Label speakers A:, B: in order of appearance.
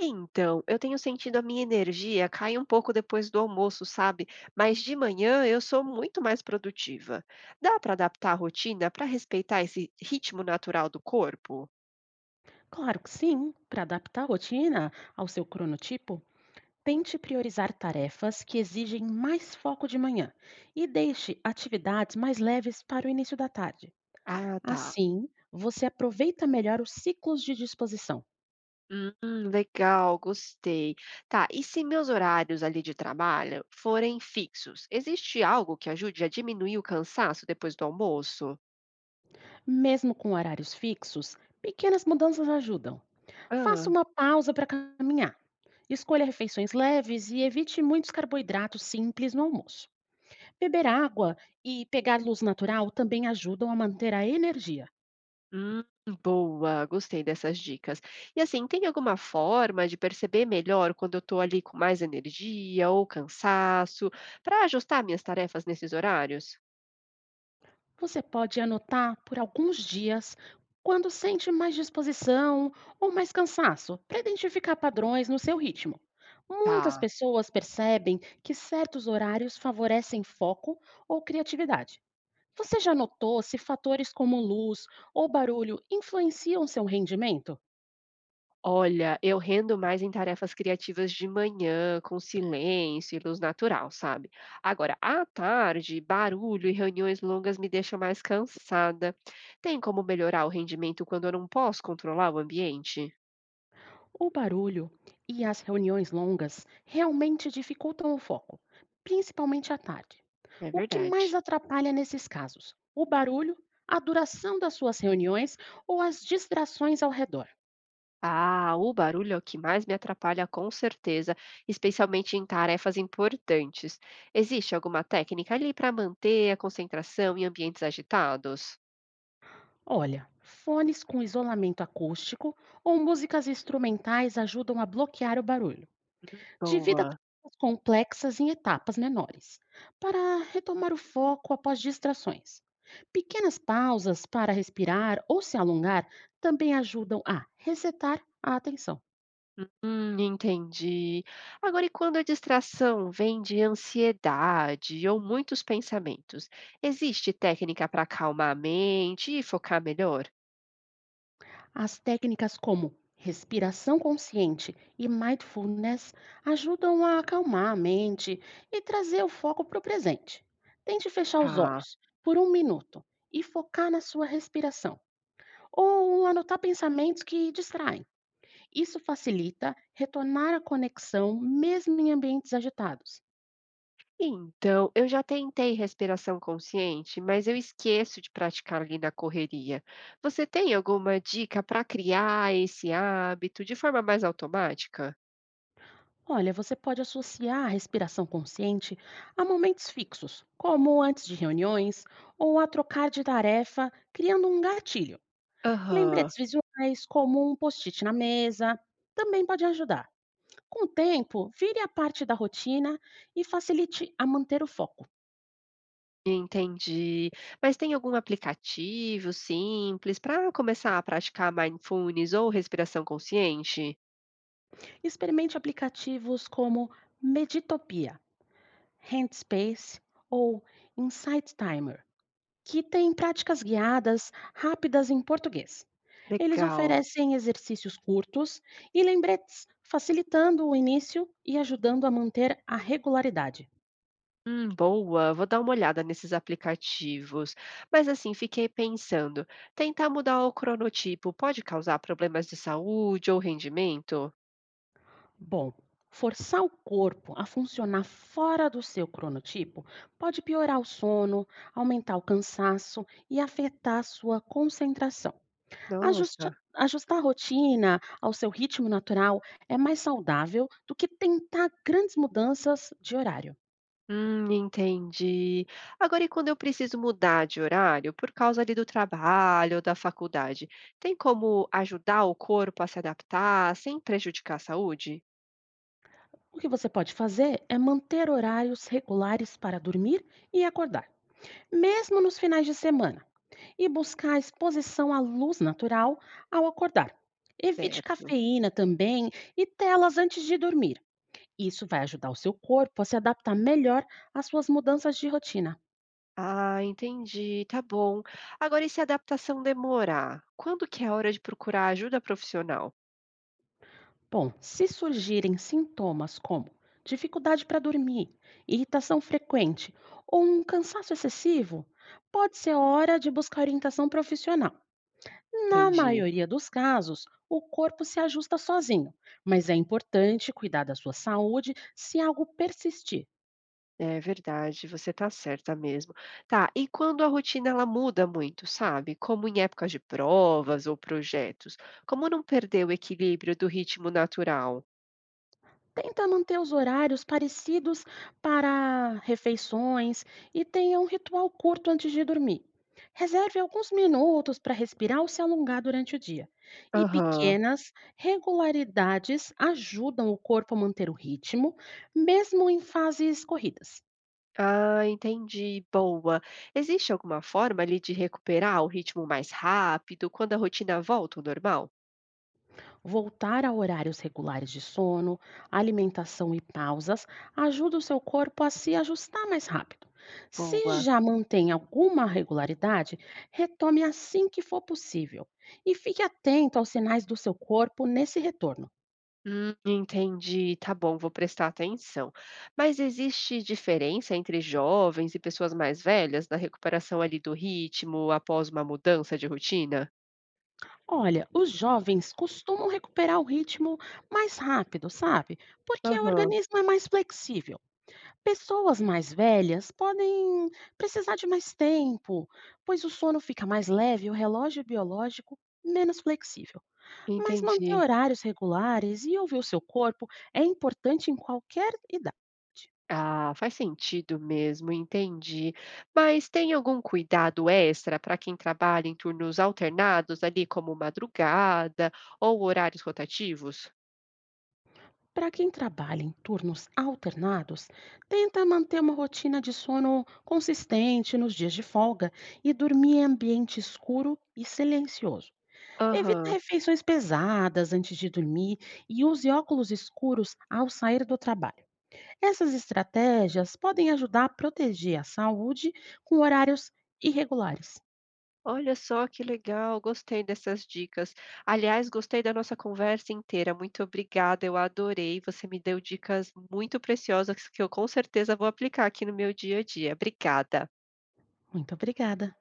A: Então, eu tenho sentido a minha energia cai um pouco depois do almoço, sabe? Mas de manhã eu sou muito mais produtiva. Dá para adaptar a rotina para respeitar esse ritmo natural do corpo?
B: Claro que sim! Para adaptar a rotina ao seu cronotipo, tente priorizar tarefas que exigem mais foco de manhã e deixe atividades mais leves para o início da tarde.
A: Ah, tá.
B: Assim, você aproveita melhor os ciclos de disposição.
A: Hum, Legal, gostei. Tá, e se meus horários ali de trabalho forem fixos, existe algo que ajude a diminuir o cansaço depois do almoço?
B: Mesmo com horários fixos, pequenas mudanças ajudam. Faça
A: Ah.
B: uma pausa para caminhar. Escolha refeições leves e evite muitos carboidratos simples no almoço. Beber água e pegar luz natural também ajudam a manter a energia.
A: Hum, Boa, gostei dessas dicas. E assim, tem alguma forma de perceber melhor quando eu estou ali com mais energia ou cansaço, para ajustar minhas tarefas nesses horários?
B: Você pode anotar por alguns dias quando sente mais disposição ou mais cansaço, para identificar padrões no seu ritmo. Muitas
A: Tá.
B: pessoas percebem que certos horários favorecem foco ou criatividade. Você já notou se fatores como luz ou barulho influenciam seu rendimento?
A: Olha, eu rendo mais em tarefas criativas de manhã, com silêncio e luz natural, sabe? Agora, à tarde, barulho e reuniões longas me deixam mais cansada. Tem como melhorar o rendimento quando eu não posso controlar o ambiente?
B: O barulho e as reuniões longas realmente dificultam o foco, principalmente à tarde.
A: É
B: O que mais
A: verdade.
B: atrapalha nesses casos? O barulho, a duração das suas reuniões ou as distrações ao redor?
A: Ah, o barulho é o que mais me atrapalha, com certeza, especialmente em tarefas importantes. Existe alguma técnica ali para manter a concentração em ambientes agitados?
B: Olha, fones com isolamento acústico ou músicas instrumentais ajudam a bloquear o barulho. Divida
A: Boa.
B: tarefas complexas em etapas menores, para retomar o foco após distrações. Pequenas pausas para respirar ou se alongar também ajudam a resetar a atenção.
A: Entendi. Agora, e quando a distração vem de ansiedade ou muitos pensamentos, existe técnica para acalmar a mente e focar melhor?
B: As técnicas como respiração consciente e mindfulness ajudam a acalmar a mente e trazer o foco para o presente. Tente fechar os
A: Tá.
B: olhos por um minuto e focar na sua respiração, ou anotar pensamentos que distraem. Isso facilita retornar à conexão mesmo em ambientes agitados.
A: Então, eu já tentei respiração consciente, mas eu esqueço de praticar ali na correria. Você tem alguma dica para criar esse hábito de forma mais automática?
B: Olha, você pode associar a respiração consciente a momentos fixos, como antes de reuniões ou a trocar de tarefa, criando um gatilho.
A: Aham,
B: Lembretes visuais, como um post-it na mesa, também pode ajudar. Com o tempo, vire a parte da rotina e facilite a manter o foco.
A: entendi. Mas tem algum aplicativo simples para começar a praticar mindfulness ou respiração consciente?
B: Experimente aplicativos como Meditopia, Handspace ou Insight Timer que tem práticas guiadas rápidas em português. Eles
A: Legal.
B: oferecem exercícios curtos e lembretes, facilitando o início e ajudando a manter a regularidade.
A: Boa, vou dar uma olhada nesses aplicativos. Mas assim, fiquei pensando, tentar mudar o cronotipo pode causar problemas de saúde ou rendimento?
B: Bom, forçar o corpo a funcionar fora do seu cronotipo pode piorar o sono, aumentar o cansaço e afetar sua concentração.
A: Nossa.
B: Ajustar a rotina ao seu ritmo natural é mais saudável do que tentar grandes mudanças de horário.
A: Entendi. Agora, e quando eu preciso mudar de horário por causa ali do trabalho ou da faculdade, tem como ajudar o corpo a se adaptar sem prejudicar a saúde?
B: O que você pode fazer é manter horários regulares para dormir e acordar, mesmo nos finais de semana, e buscar exposição à luz natural ao acordar. Evite
A: Certo.
B: cafeína também e telas antes de dormir. Isso vai ajudar o seu corpo a se adaptar melhor às suas mudanças de rotina.
A: Ah, entendi, tá bom. Agora, e se a adaptação demorar? Quando que é a hora de procurar ajuda profissional?
B: Bom, se surgirem sintomas como dificuldade para dormir, irritação frequente ou um cansaço excessivo, pode ser hora de buscar orientação profissional. Na
A: Entendi.
B: maioria dos casos, o corpo se ajusta sozinho, mas é importante cuidar da sua saúde se algo persistir.
A: É verdade, você tá certa mesmo. Tá, e quando a rotina ela muda muito, sabe? Como em épocas de provas ou projetos, como não perder o equilíbrio do ritmo natural?
B: Tenta manter os horários parecidos para refeições e tenha um ritual curto antes de dormir. Reserve alguns minutos para respirar ou se alongar durante o dia. E
A: Aham.
B: pequenas regularidades ajudam o corpo a manter o ritmo, mesmo em fases corridas.
A: Ah, entendi. Boa. Existe alguma forma ali de recuperar o ritmo mais rápido quando a rotina volta ao normal?
B: Voltar a horários regulares de sono, alimentação e pausas ajuda o seu corpo a se ajustar mais rápido. Se
A: Boa.
B: já mantém alguma regularidade, retome assim que for possível. E fique atento aos sinais do seu corpo nesse retorno.
A: Entendi. Tá bom, vou prestar atenção. Mas existe diferença entre jovens e pessoas mais velhas na recuperação ali do ritmo após uma mudança de rotina?
B: Olha, os jovens costumam recuperar o ritmo mais rápido, sabe? Porque o
A: Aham,
B: organismo é mais flexível. Pessoas mais velhas podem precisar de mais tempo, pois o sono fica mais leve e o relógio biológico menos flexível. Mas manter
A: entendi.
B: horários regulares e ouvir o seu corpo é importante em qualquer idade.
A: Ah, faz sentido mesmo, entendi. Mas tem algum cuidado extra para quem trabalha em turnos alternados ali, como madrugada ou horários rotativos?
B: Para quem trabalha em turnos alternados, tenta manter uma rotina de sono consistente nos dias de folga e dormir em ambiente escuro e silencioso. Evite
A: Aham.
B: refeições pesadas antes de dormir e use óculos escuros ao sair do trabalho. Essas estratégias podem ajudar a proteger a saúde com horários irregulares.
A: Olha só que legal, gostei dessas dicas. Aliás, gostei da nossa conversa inteira. Muito obrigada, eu adorei. Você me deu dicas muito preciosas que eu com certeza vou aplicar aqui no meu dia a dia. Obrigada.
B: Muito obrigada.